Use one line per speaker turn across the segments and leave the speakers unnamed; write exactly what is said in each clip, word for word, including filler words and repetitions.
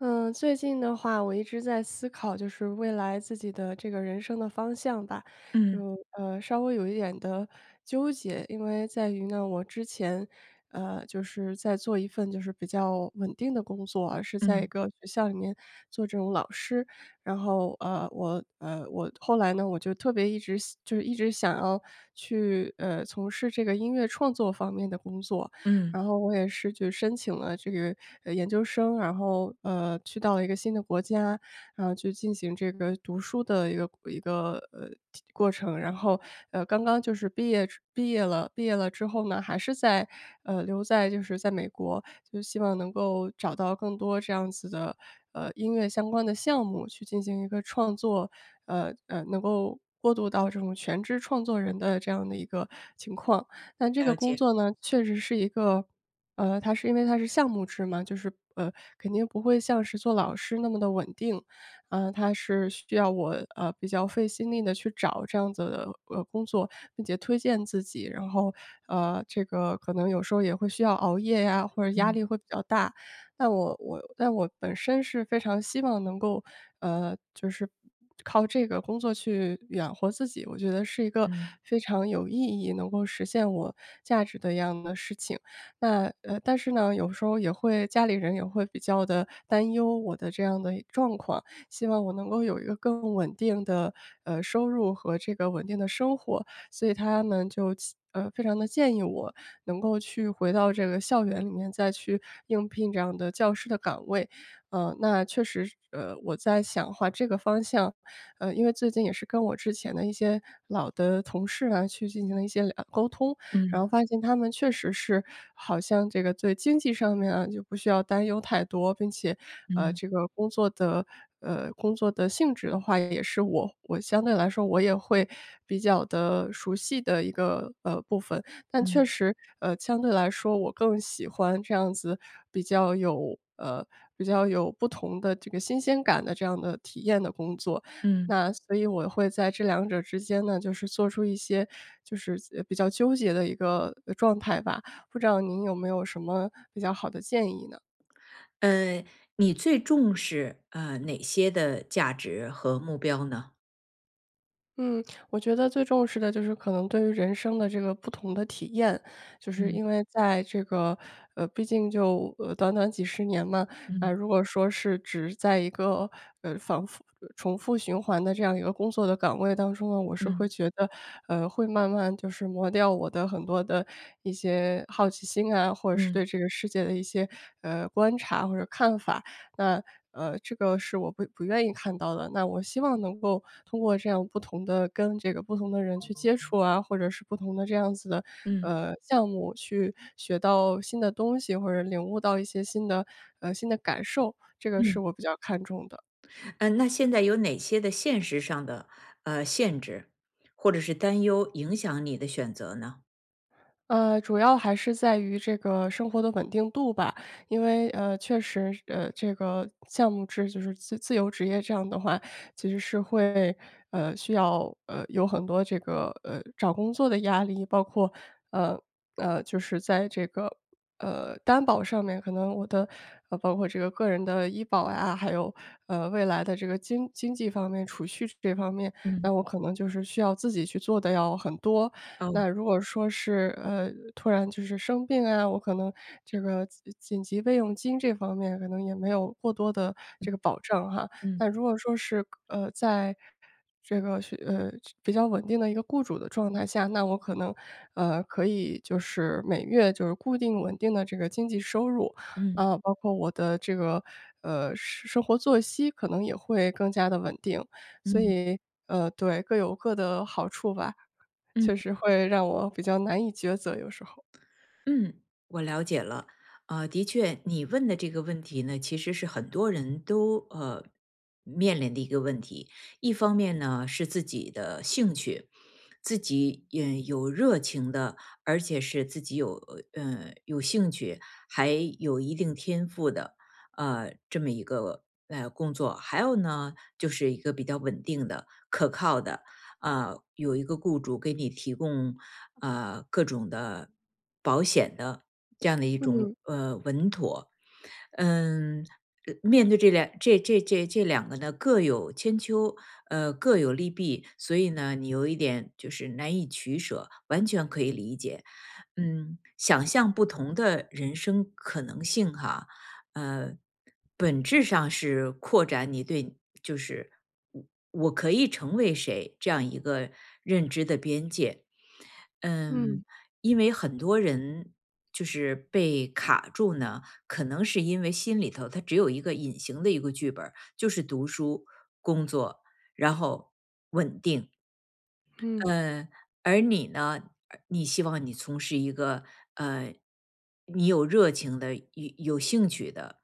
嗯，最近的话，我一直在思考，就是未来自己的这个人生的方向吧，
嗯
就呃稍微有一点的纠结，因为在于呢，我之前呃就是在做一份就是比较稳定的工作而是在一
嗯
个学校里面做这种老师，然后呃我呃我后来呢，我就特别一直就是一直想要去呃从事这个音乐创作方面的工作，
嗯，
然后我也是去申请了这个呃研究生，然后呃去到了一个新的国家，然后去进行这个读书的一个一个呃过程，然后呃刚刚就是毕业之毕业了，毕业了之后呢，还是在呃留在就是在美国，就希望能够找到更多这样子的呃音乐相关的项目去进行一个创作，呃呃能够过渡到这种全职创作人的这样的一个情况。但这个
了
工
解。
作呢，确实是一个，呃，它是因为它是项目制嘛，就是呃，肯定不会像是做老师那么的稳定，啊、它是需要我呃比较费心力的去找这样子的呃工作，并且推荐自己，然后呃，这个可能有时候也会需要熬夜呀，或者压
嗯
力会比较大，那我我那我本身是非常希望能够，呃，就是靠这个工作去养活自己，我觉得是一个
嗯
非常有意义，能够实现我价值的一样的事情。那呃，但是呢，有时候也会家里人也会比较的担忧我的这样的状况，希望我能够有一个更稳定的，呃，收入和这个稳定的生活。所以他呢就呃非常的建议我能够去回到这个校园里面再去应聘这样的教师的岗位。呃，那确实呃，我在想的话这个方向，呃，因为最近也是跟我之前的一些老的同事啊去进行了一些了沟通，然
嗯
后发现他们确实是好像这个对经济上面啊，就不需要担忧太多，并且，呃，
嗯
这个工作的呃，工作的性质的话，也是我我相对来说我也会比较的熟悉的一个，呃，部分。但确
嗯
实，呃，相对来说我更喜欢这样子比较有呃，比较有不同的这个新鲜感的这样的体验的工作。
嗯。
那所以我会在这两者之间呢，就是做出一些就是呃比较纠结的一个呃状态吧。不知道您有没有什么比较好的建议呢？
呃，你最重视呃哪些的价值和目标呢？
嗯，我觉得最重视的就是可能对于人生的这个不同的体验，就是
嗯
因为在这个呃，毕竟就呃短短几十年嘛，啊、
嗯
如果说是只在一个呃反复呃重复循环的这样一个工作的岗位当中呢，我是会
嗯
觉得呃会慢慢就是磨掉我的很多的一些好奇心啊，或者是
嗯
对这个世界的一些呃观察或者看法。那，呃，这个是我不不愿意看到的。那我希望能够通过这样不同的跟这个不同的人去接触啊，或者是不同的这样子的，
嗯
呃，项目去学到新的东西，或者领悟到一些新的呃，新的感受，这个是
嗯。
我比较看重的。
呃，那现在有哪些的现实上的呃限制或者是担忧影响你的选择呢？
呃，主要还是在于这个生活的稳定度吧，因为呃，确实，呃，这个项目制就是自自由职业这样的话，其实是会呃需要呃有很多这个呃找工作的压力，包括呃呃就是在这个呃担保上面，可能我的呃包括这个个人的医保呀、还有呃未来的这个经经济方面储蓄这方面，
嗯
那我可能就是需要自己去做的要很多，
哦。
那如果说是，呃，突然就是生病啊，我可能这个紧紧急备用金这方面可能也没有过多的这个保障哈。
嗯
那如果说是，呃，在这个是呃，比较稳定的一个雇主的状态下，那我可能，呃，可以就是每月就是固定稳定的这个经济收入，
嗯
啊，包括我的这个，呃，生生活作息可能也会更加的稳定。所
嗯
以，呃，对，各有各的好处吧。
嗯。
确实会让我比较难以抉择，有时候。
嗯，我了解了。呃，的确，你问的这个问题呢，其实是很多人都呃面临的一个问题。一方面呢，是自己的兴趣，自己也有热情的，而且是自己有呃有兴趣，还有一定天赋的，呃，这么一个呃工作。还有呢，就是一个比较稳定的、可靠的，啊，有一个雇主给你提供啊，各种的保险的这样的一种
嗯
呃稳妥。嗯。呃面对这两这这这这两个呢，各有千秋，呃，各有利弊，所以呢，你有一点就是难以取舍，完全可以理解。嗯，想象不同的人生可能性哈。呃，本质上是扩展你对就是我我可以成为谁这样一个认知的边界。嗯。
嗯
因为很多人就是被卡住呢，可能是因为心里头他只有一个隐形的一个剧本儿就是读书、工作，然后稳定。
嗯
嗯，而你呢，你希望你从事一个呃，你有热情的、有有兴趣的，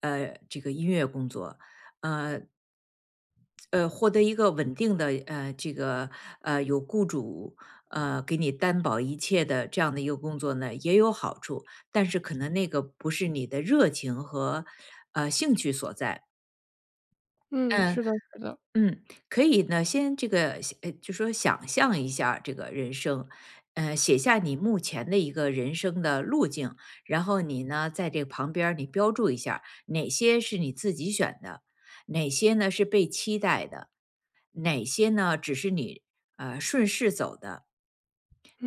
呃，这个音乐工作。呃，呃，获得一个稳定的呃，这个呃，有雇主呃给你担保一切的这样的一个工作呢，也有好处，但是可能那个不是你的热情和呃兴趣所在。
嗯，
嗯。
是的是的，
嗯，可以呢，先这个呃，就说想象一下这个人生，呃，写下你目前的一个人生的路径，然后你呢，在这个旁边儿你标注一下哪些是你自己选的，哪些呢是被期待的，哪些呢只是你呃顺势走的，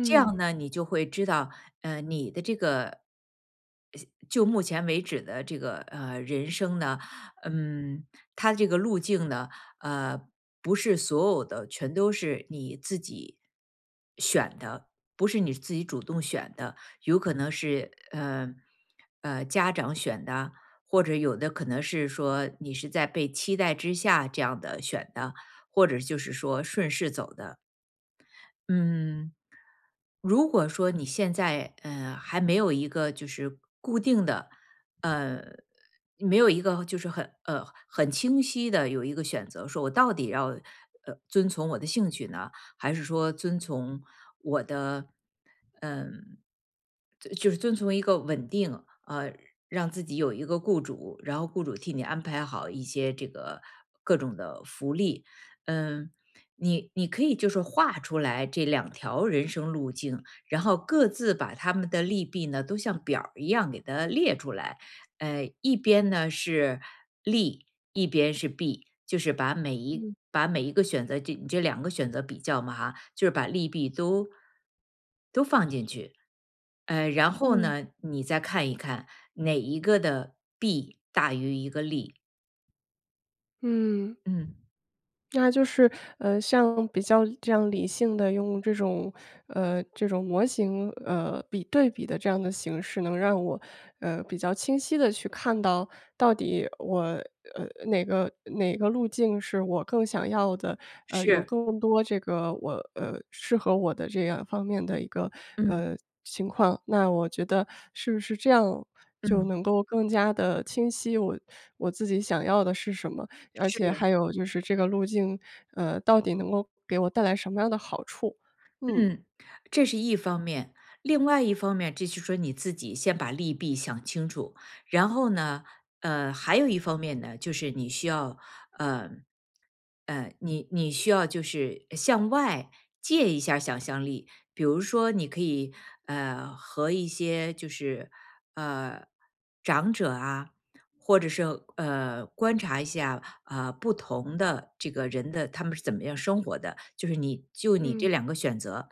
这样呢，你就会知道，呃，你的这个呃就目前为止的这个，呃，人生呢，嗯，它这个路径呢，呃，不是所有的全都是你自己选的，不是你自己主动选的，有可能是，呃，呃，家长选的，或者有的可能是说你是在被期待之下这样的选的，或者就是说顺势走的。嗯。如果说你现在呃还没有一个就是固定的，呃，没有一个就是很呃很清晰的有一个选择，说我到底要呃遵从我的兴趣呢，还是说遵从嗯，就就是遵从一个稳定，呃，让自己有一个雇主，然后雇主替你安排好一些这个各种的福利，嗯，你你可以就是画出来这两条人生路径，然后各自把他们的利弊呢，都像表儿一样给它列出来，呃，一边呢是利，一边是弊，就是把每一
嗯
把每一个选择，这你这两个选择比较嘛哈，就是把利弊都都放进去，呃，然后
嗯
呢，你再看一看哪一个的弊大于一个利。
嗯。
嗯，
那就是，呃，像比较这样理性的用这种呃，这种模型，呃，比对比的这样的形式，能让我，呃，比较清晰的去看到到底我，呃，哪个哪个路径是我更想要的，呃，有
是。
更多这个我呃，适合我的这样方面的一个，
嗯
呃，情况。那我觉得是不是这样就
嗯，
能够更加的清晰我我自己想要的是什么？而且
是。
还有就是这个路径，呃，到底能够给我带来什么样的好处？嗯。
嗯，这是一方面，另外一方面，这就是说你自己先把利弊想清楚，然后呢，呃，还有一方面呢，就是你需要，呃，呃，你你需要就是向外借一下想象力，比如说你可以，呃，和一些就是，呃，长者啊，或者是呃观察一下啊、呃不同的这个人的他们是怎么样生活的，就是你就你这
嗯
两个选择，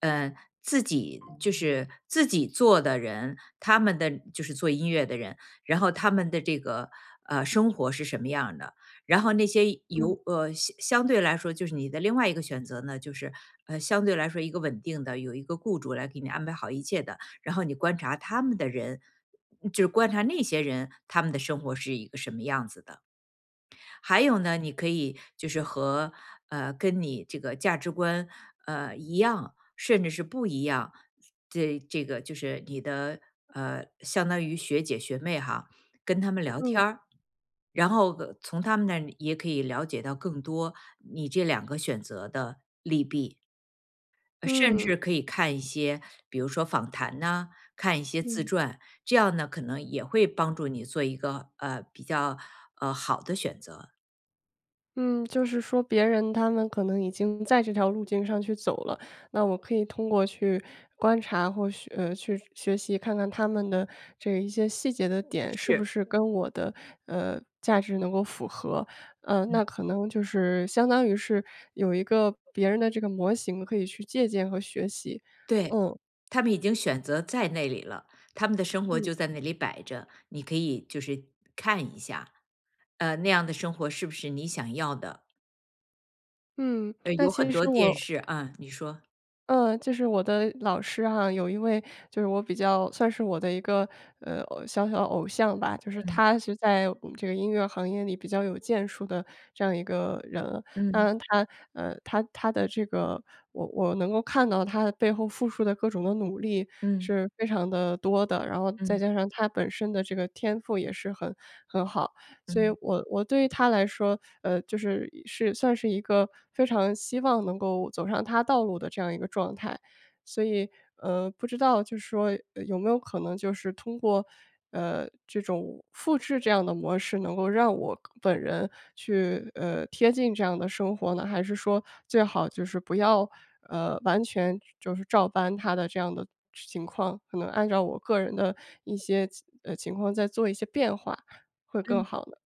呃自己就是自己做的人，他们的就是做音乐的人，然后他们的这个呃生活是什么样的，然后那些有
嗯
呃相相对来说就是你的另外一个选择呢，就是呃相对来说一个稳定的有一个雇主来给你安排好一切的，然后你观察他们的人，嗯就是观察那些人他们的生活是一个什么样子的。还有呢，你可以就是和呃跟你这个价值观呃一样，甚至是不一样，这这个就是你的呃相当于学姐学妹哈，跟他们聊
嗯
天儿。然后呃从他们那儿也可以了解到更多你这两个选择的利弊，呃甚
嗯
至可以看一些，比如说访谈呐，看一些自
嗯
传，这样呢，可能也会帮助你做一个，呃，比较，呃，好的选择。
嗯，就是说别人他们可能已经在这条路径上去走了，那我可以通过去观察或学呃，去学习看看他们的这一些细节的点是不
是。
是跟我的，呃，价值能够符合。呃，那可能就是相当于是有一个别人的这个模型可以去借鉴和学习，
对，
嗯。
他们已经选择在那里了，他们的生活
嗯
就在那里摆着，你可以就是看一下，呃，那样的生活是不是你想要的？
嗯，
呃，
那
有
其
很
实
多电
我
视啊，你说。
嗯，就是我的老师哈，有一位就是我比较算是我的一个，呃，偶小小偶像吧，就是他是在我们这个音乐行业里比较有建树的这样一个人。当
嗯，
然他呃，他他的这个我我能够看到他背后付出的各种的努力
嗯，
是非常的多的，然后再
嗯，
加上他本身的这个天赋也是很很好。所以
嗯，
我我对于他来说，呃，就是是算是一个非常希望能够走上他道路的这样一个状态。所以，呃，不知道就是说，呃，有没有可能就是通过，呃，这种复制这样的模式，能够让我本人去，呃，贴近这样的生活呢？还是说最好就是不要，呃，完全就是照搬他的这样的情况，可能按照我个人的一些呃，情况再做一些变化，会更
嗯。
好呢？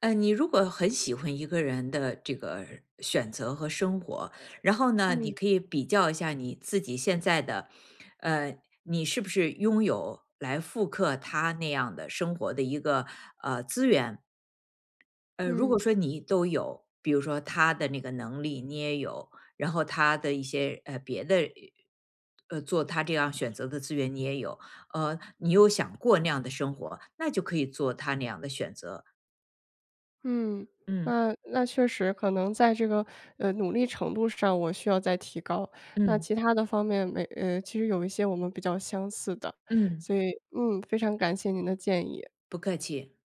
呃，你如果很喜欢一个人的这个选择和生活，然后呢，嗯你
嗯
可以比较一下你自己现在的，呃，你是不是拥有来复刻他那样的生活的一个呃资源？呃，如果
嗯
说你都有，比如说他的那个能力你也有，然后他的一些呃别的。呃，做他这样选择的资源你也有，呃，你又想过那样的生活，那就可以做他那样的选择。
嗯，
嗯
那那确实可能在这个，呃，努力程度上我需要再提高，那
嗯
其他的方面没呃，其实有一些我们比较相似的，
嗯。
所以，嗯，非常感谢您的建议。
不客气。